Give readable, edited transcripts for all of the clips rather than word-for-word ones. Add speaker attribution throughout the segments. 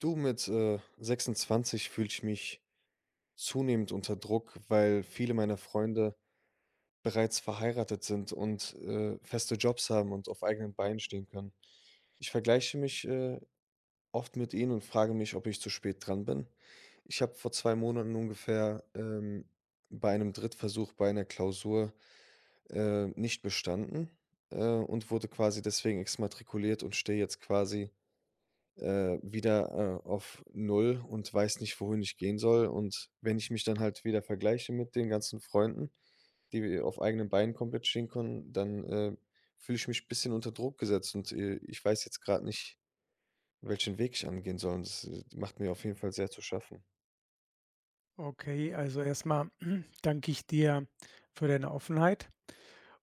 Speaker 1: Du, mit 26 fühle ich mich zunehmend unter Druck, weil viele meiner Freunde bereits verheiratet sind und feste Jobs haben und auf eigenen Beinen stehen können. Ich vergleiche mich oft mit ihnen und frage mich, ob ich zu spät dran bin. Ich habe vor 2 Monaten ungefähr bei einem Drittversuch bei einer Klausur nicht bestanden und wurde quasi deswegen exmatrikuliert und stehe jetzt quasi wieder auf null und weiß nicht, wohin ich gehen soll. Und wenn ich mich dann halt wieder vergleiche mit den ganzen Freunden, die auf eigenen Beinen komplett stehen können, dann fühle ich mich 'n bisschen unter Druck gesetzt und ich weiß jetzt gerade nicht, welchen Weg ich angehen soll und das macht mir auf jeden Fall sehr zu schaffen.
Speaker 2: Okay, also erstmal danke ich dir für deine Offenheit.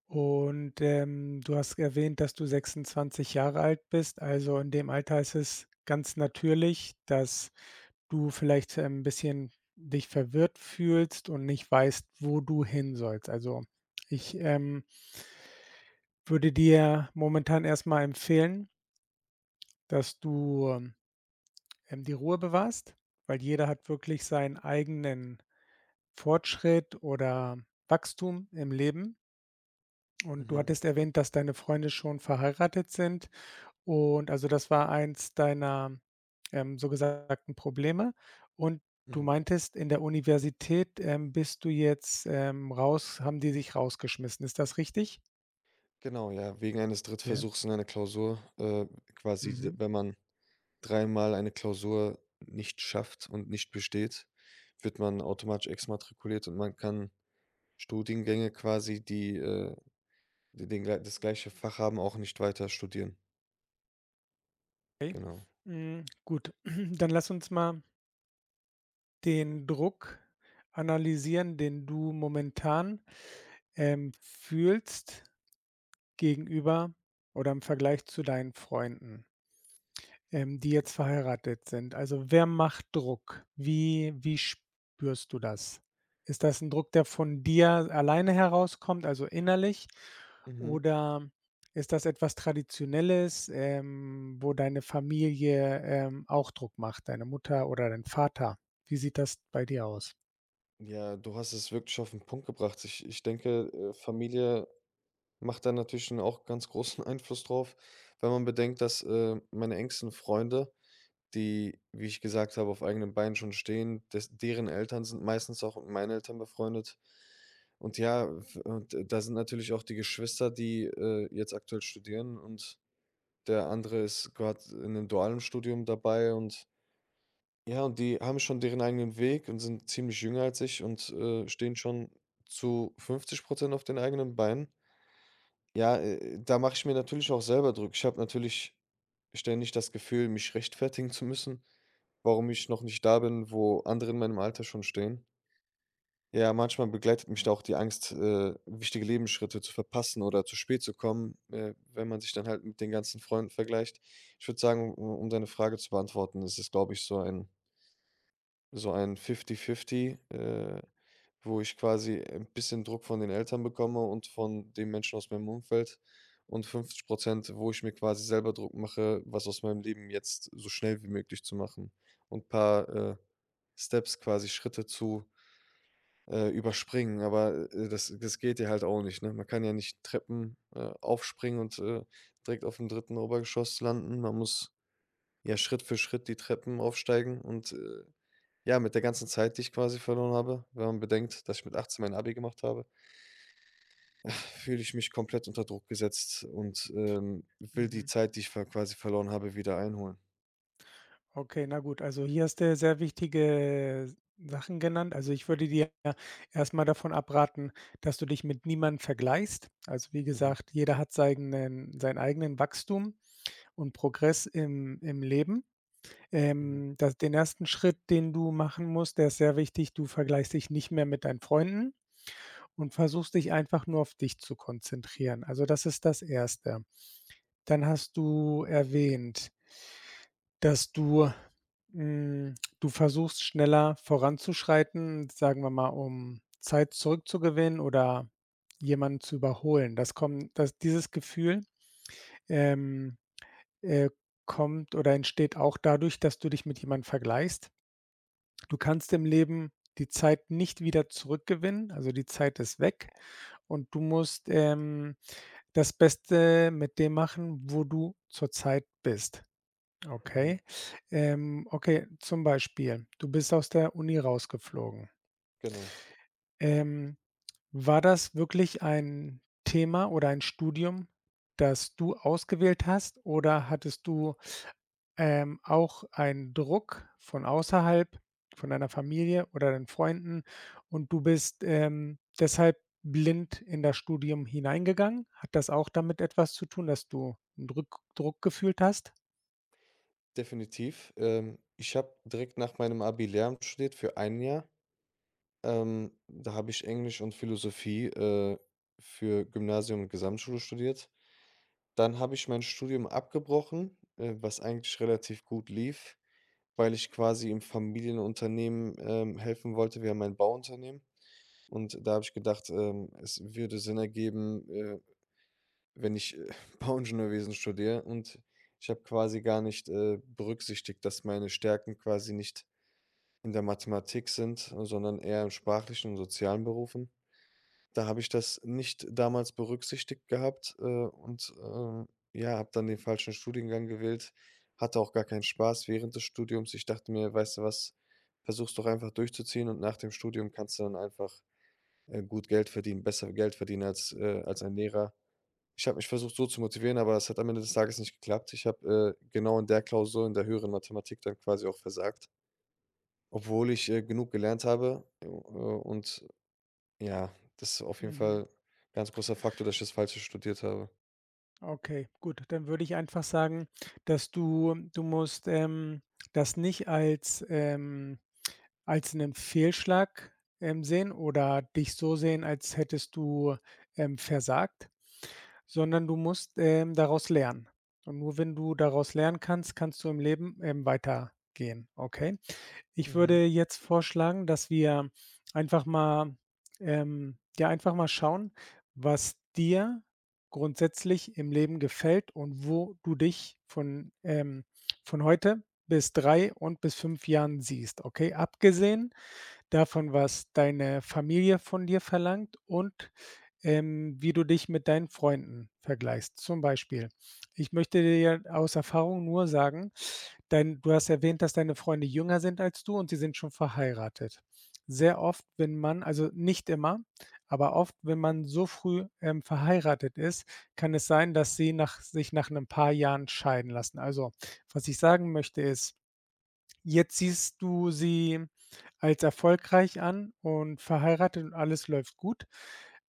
Speaker 2: Und du hast erwähnt, dass du 26 Jahre alt bist. Also in dem Alter ist es ganz natürlich, dass du vielleicht ein bisschen dich verwirrt fühlst und nicht weißt, wo du hin sollst. Also ich würde dir momentan erstmal empfehlen, dass du die Ruhe bewahrst, weil jeder hat wirklich seinen eigenen Fortschritt oder Wachstum im Leben. Und du
Speaker 1: Mhm,
Speaker 2: hattest erwähnt, dass deine Freunde schon verheiratet sind. Und also das war eins deiner, so gesagten Probleme. Und du
Speaker 1: mhm.
Speaker 2: meintest, in der Universität, bist du jetzt, raus, haben die dich rausgeschmissen. Ist das richtig?
Speaker 1: Genau, ja, wegen eines
Speaker 2: Ja.
Speaker 1: Drittversuchs in einer Klausur quasi, d
Speaker 2: Mhm.
Speaker 1: wenn man dreimal eine Klausur nicht schafft und nicht besteht, wird man automatisch exmatrikuliert und man kann Studiengänge quasi, die, die den glei das gleiche Fach haben, auch nicht weiter studieren.
Speaker 2: Okay.
Speaker 1: Genau.
Speaker 2: Hm, gut. Dann lass uns mal den Druck analysieren, den du momentan, fühlst. Gegenüber oder im Vergleich zu deinen Freunden, die jetzt verheiratet sind? Also, wer macht Druck? Wie spürst du das? Ist das ein Druck, der von dir alleine herauskommt, also innerlich?
Speaker 1: Mhm.
Speaker 2: Oder ist das etwas Traditionelles, wo deine Familie, auch Druck macht, deine Mutter oder dein Vater? Wie sieht das bei dir aus?
Speaker 1: Ja, du hast es wirklich auf 'n Punkt gebracht. Ich denke, Familie macht da natürlich 'n auch ganz großen Einfluss drauf, wenn man bedenkt, dass meine engsten Freunde, die, wie ich gesagt habe, auf eigenen Beinen schon stehen, des deren Eltern sind meistens auch mit meinen Eltern befreundet. Und ja, f und da sind natürlich auch die Geschwister, die jetzt aktuell studieren und der andere ist gerade in einem dualen Studium dabei und ja, und die haben schon deren eigenen Weg und sind ziemlich jünger als ich und stehen schon zu 50 auf den eigenen Beinen. Ja, da mache ich mir natürlich auch selber Druck. Ich habe natürlich ständig das Gefühl, mich rechtfertigen zu müssen, warum ich noch nicht da bin, wo andere in meinem Alter schon stehen. Ja, manchmal begleitet mich da auch die Angst, wichtige Lebensschritte zu verpassen oder zu spät zu kommen, wenn man sich dann halt mit den ganzen Freunden vergleicht. Ich würde sagen, um deine Frage zu beantworten, ist es, glaube ich, so ein 50-50, wo ich quasi ein bisschen Druck von den Eltern bekomme und von den Menschen aus meinem Umfeld und 50%, wo ich mir quasi selber Druck mache, was aus meinem Leben jetzt so schnell wie möglich zu machen und ein paar Steps, quasi Schritte zu überspringen, aber das geht ja halt auch nicht, ne? Man kann ja nicht Treppen aufspringen und direkt auf dem dritten Obergeschoss landen. Man muss ja Schritt für Schritt die Treppen aufsteigen und ja, mit der ganzen Zeit, die ich quasi verloren habe, wenn man bedenkt, dass ich mit 18 mein Abi gemacht habe, fühle ich mich komplett unter Druck gesetzt und will die
Speaker 2: Mhm.
Speaker 1: Zeit, die ich ver quasi verloren habe, wieder einholen.
Speaker 2: Okay, na gut, also hier hast du ja sehr wichtige Sachen genannt. Also ich würde dir erst mal davon abraten, dass du dich mit niemandem vergleichst. Also wie
Speaker 1: Mhm,
Speaker 2: gesagt, jeder hat seinen, seinen eigenen Wachstum und Progress im, im Leben.
Speaker 1: mhm,
Speaker 2: Das, den ersten Schritt, den du machen musst, der ist sehr wichtig. Du vergleichst dich nicht mehr mit deinen Freunden und versuchst dich einfach nur auf dich zu konzentrieren. Also das ist das Erste. Dann hast du erwähnt, dass du hm, du versuchst, schneller voranzuschreiten, sagen wir mal, um Zeit zurückzugewinnen oder jemanden zu überholen. Das dieses Gefühl, ähm, äh, kommt oder entsteht auch dadurch, dass du dich mit jemandem vergleichst. Du kannst im Leben die Zeit nicht wieder zurückgewinnen, also die Zeit ist weg und du musst, das Beste mit dem machen, wo du zurzeit bist.
Speaker 1: mhm,
Speaker 2: Okay. Okay, zum Beispiel, du bist aus der Uni rausgeflogen.
Speaker 1: genau.
Speaker 2: Ähm, War das wirklich ein Thema oder ein Studium, das du ausgewählt hast? Oder hattest du, auch einen Druck von außerhalb, von deiner Familie oder deinen Freunden und du bist, deshalb blind in das Studium hineingegangen? Hat das auch damit etwas zu tun, dass du 'n Drück Druck gefühlt hast?
Speaker 1: Definitiv. Ich habe direkt nach meinem Abi Lehramt studiert für ein Jahr. Da habe ich Englisch und Philosophie, für Gymnasium und Gesamtschule studiert. Dann habe ich mein Studium abgebrochen, was eigentlich relativ gut lief, weil ich quasi im Familienunternehmen helfen wollte. Wir haben ein Bauunternehmen und da habe ich gedacht, es würde Sinn ergeben, wenn ich Bauingenieurwesen studiere und ich habe quasi gar nicht berücksichtigt, dass meine Stärken quasi nicht in der Mathematik sind, sondern eher im sprachlichen und sozialen Berufen. Da habe ich das nicht damals berücksichtigt gehabt, und ja, habe dann den falschen Studiengang gewählt. Hatte auch gar keinen Spaß während des Studiums. Ich dachte mir: „Weißt du was, versuch's doch einfach durchzuziehen und nach dem Studium kannst du dann einfach gut Geld verdienen, besser Geld verdienen als ein Lehrer." Ich habe mich versucht, so zu motivieren, aber es hat am Ende des Tages nicht geklappt. Ich habe genau in der Klausur in der höheren Mathematik dann quasi auch versagt, obwohl ich genug gelernt habe und ja, das ist auf jeden
Speaker 2: Mhm.
Speaker 1: Fall ein ganz großer Faktor, dass ich das Falsche studiert habe.
Speaker 2: Okay, gut. Dann würde ich einfach sagen, dass du musst, das nicht als, als einen Fehlschlag, sehen oder dich so sehen, als hättest du, versagt, sondern du musst, daraus lernen. Und nur wenn du daraus lernen kannst, kannst du im Leben, weitergehen, okay? Ich
Speaker 1: Mhm,
Speaker 2: würde jetzt vorschlagen, dass wir einfach mal ja, einfach mal schauen, was dir grundsätzlich im Leben gefällt und wo du dich von, von heute bis 3 und bis 5 Jahren siehst, okay? Abgesehen davon, was deine Familie von dir verlangt und wie du dich mit deinen Freunden vergleichst. Zum Beispiel, ich möchte dir aus Erfahrung nur sagen, dein du hast erwähnt, dass deine Freunde jünger sind als du und sie sind schon verheiratet. Sehr oft, wenn man, also nicht immer, aber oft, wenn man so früh, verheiratet ist, kann es sein, dass sie nach sich nach 'nem paar Jahren scheiden lassen. Also, was ich sagen möchte, ist: Jetzt siehst du sie als erfolgreich an und verheiratet und alles läuft gut,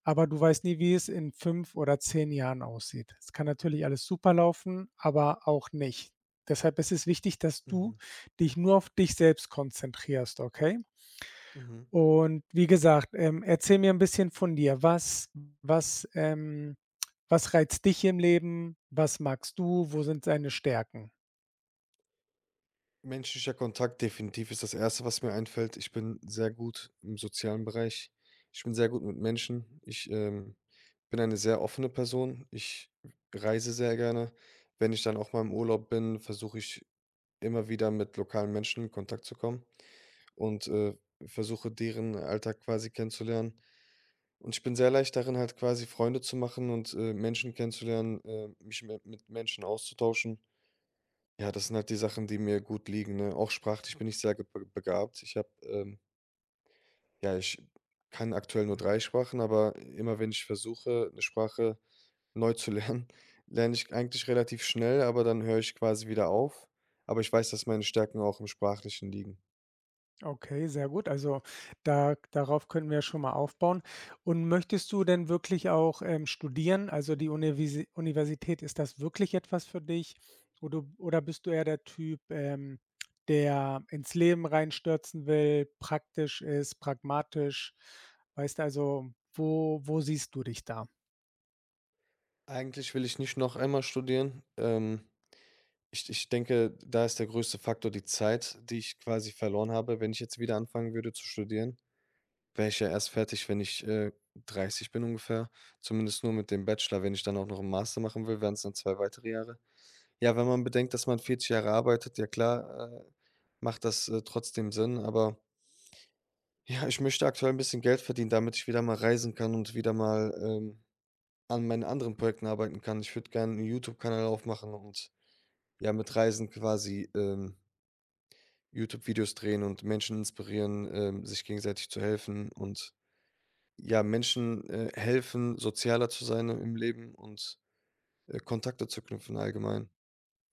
Speaker 2: aber du weißt nie, wie es in 5 oder 10 Jahren aussieht. Es kann natürlich alles super laufen, aber auch nicht. Deshalb ist es wichtig, dass du
Speaker 1: mhm,
Speaker 2: dich nur auf dich selbst konzentrierst, okay?
Speaker 1: mhm.
Speaker 2: Und wie gesagt, erzähl mir ein bisschen von dir. Was, was reizt dich im Leben? Was magst du? Wo sind deine Stärken?
Speaker 1: Menschlicher Kontakt definitiv ist das Erste, was mir einfällt. Ich bin sehr gut im sozialen Bereich. Ich bin sehr gut mit Menschen. Ich bin eine sehr offene Person. Ich reise sehr gerne. Wenn ich dann auch mal im Urlaub bin, versuche ich immer wieder mit lokalen Menschen in Kontakt zu kommen und versuche deren Alltag quasi kennenzulernen. Und ich bin sehr leicht darin, halt quasi Freunde zu machen und Menschen kennenzulernen, mich mi mit Menschen auszutauschen. Ja, das sind halt die Sachen, die mir gut liegen, ne? Auch sprachlich bin ich sehr ge be begabt. Ich habe ja, ich kann aktuell nur 3 Sprachen, aber immer wenn ich versuche, eine Sprache neu zu lernen, lerne ich eigentlich relativ schnell, aber dann höre ich quasi wieder auf. Aber ich weiß, dass meine Stärken auch im Sprachlichen liegen.
Speaker 2: Okay, sehr gut. Also, da darauf können wir ja schon mal aufbauen. Und möchtest du denn wirklich auch, studieren? Also, die Univisi Universität, ist das wirklich etwas für dich? Oder bist du eher der Typ, der ins Leben reinstürzen will, praktisch ist, pragmatisch? Weißt du, also, wo siehst du dich da?
Speaker 1: Eigentlich will ich nicht noch einmal studieren. Ich denke, da ist der größte Faktor die Zeit, die ich quasi verloren habe. Wenn ich jetzt wieder anfangen würde zu studieren, wäre ich ja erst fertig, wenn ich 30 bin ungefähr, zumindest nur mit dem Bachelor. Wenn ich dann auch noch einen Master machen will, wären es dann 2 weitere Jahre. Ja, wenn man bedenkt, dass man 40 Jahre arbeitet, ja klar, macht das trotzdem Sinn, aber ja, ich möchte aktuell ein bisschen Geld verdienen, damit ich wieder mal reisen kann und wieder mal an meinen anderen Projekten arbeiten kann. Ich würde gerne einen YouTube-Kanal aufmachen und ja, mit Reisen quasi YouTube-Videos drehen und Menschen inspirieren, sich gegenseitig zu helfen und ja, Menschen helfen, sozialer zu sein im Leben und Kontakte zu knüpfen allgemein.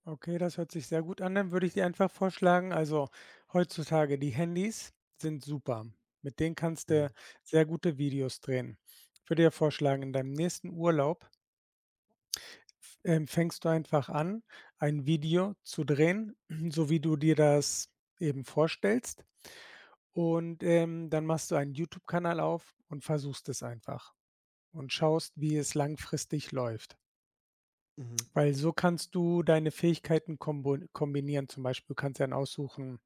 Speaker 2: Okay, das hört sich sehr gut an. Dann würde ich dir einfach vorschlagen, also heutzutage die Handys sind super. Mit denen kannst du
Speaker 1: Mhm,
Speaker 2: sehr gute Videos drehen. Ich würde dir vorschlagen, in deinem nächsten Urlaub fängst du einfach an, ein Video zu drehen, so wie du dir das eben vorstellst. Und dann machst du einen YouTube-Kanal auf und versuchst es einfach und schaust, wie es langfristig läuft.
Speaker 1: mhm,
Speaker 2: Weil so kannst du deine Fähigkeiten kombon kombinieren. Zum Beispiel, du kannst dir dann aussuchen,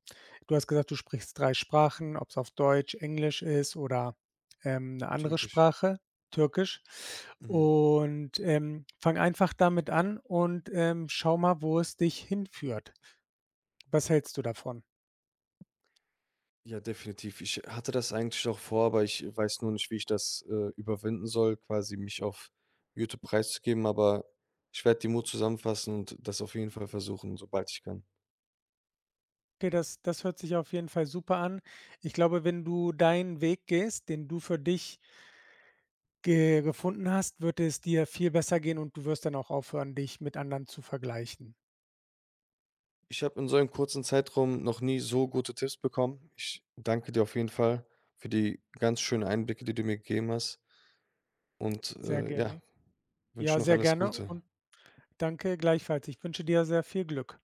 Speaker 2: du hast gesagt, du sprichst 3 Sprachen, ob's auf Deutsch, Englisch ist oder, 'ne andere
Speaker 1: Türkisch.
Speaker 2: Sprache, Türkisch.
Speaker 1: Mhm.
Speaker 2: Und, fang einfach damit an und, schau mal, wo es dich hinführt. Was hältst du davon?
Speaker 1: Ja, definitiv. Ich hatte das eigentlich auch vor, aber ich weiß nur nicht, wie ich das überwinden soll, quasi mich auf YouTube preiszugeben, aber ich werde den Mut zusammenfassen und das auf jeden Fall versuchen, sobald ich kann.
Speaker 2: Okay, das hört sich auf jeden Fall super an. Ich glaube, wenn du deinen Weg gehst, den du für dich ge gefunden hast, wird es dir viel besser gehen und du wirst dann auch aufhören, dich mit anderen zu vergleichen.
Speaker 1: Ich habe in so einem kurzen Zeitraum noch nie so gute Tipps bekommen. Ich danke dir auf jeden Fall für die ganz schönen Einblicke, die du mir gegeben hast und
Speaker 2: Sehr
Speaker 1: ja,
Speaker 2: gerne.
Speaker 1: wünsche
Speaker 2: Ja,
Speaker 1: noch
Speaker 2: sehr
Speaker 1: alles
Speaker 2: gerne
Speaker 1: Gute.
Speaker 2: und danke gleichfalls. Ich wünsche dir sehr viel Glück.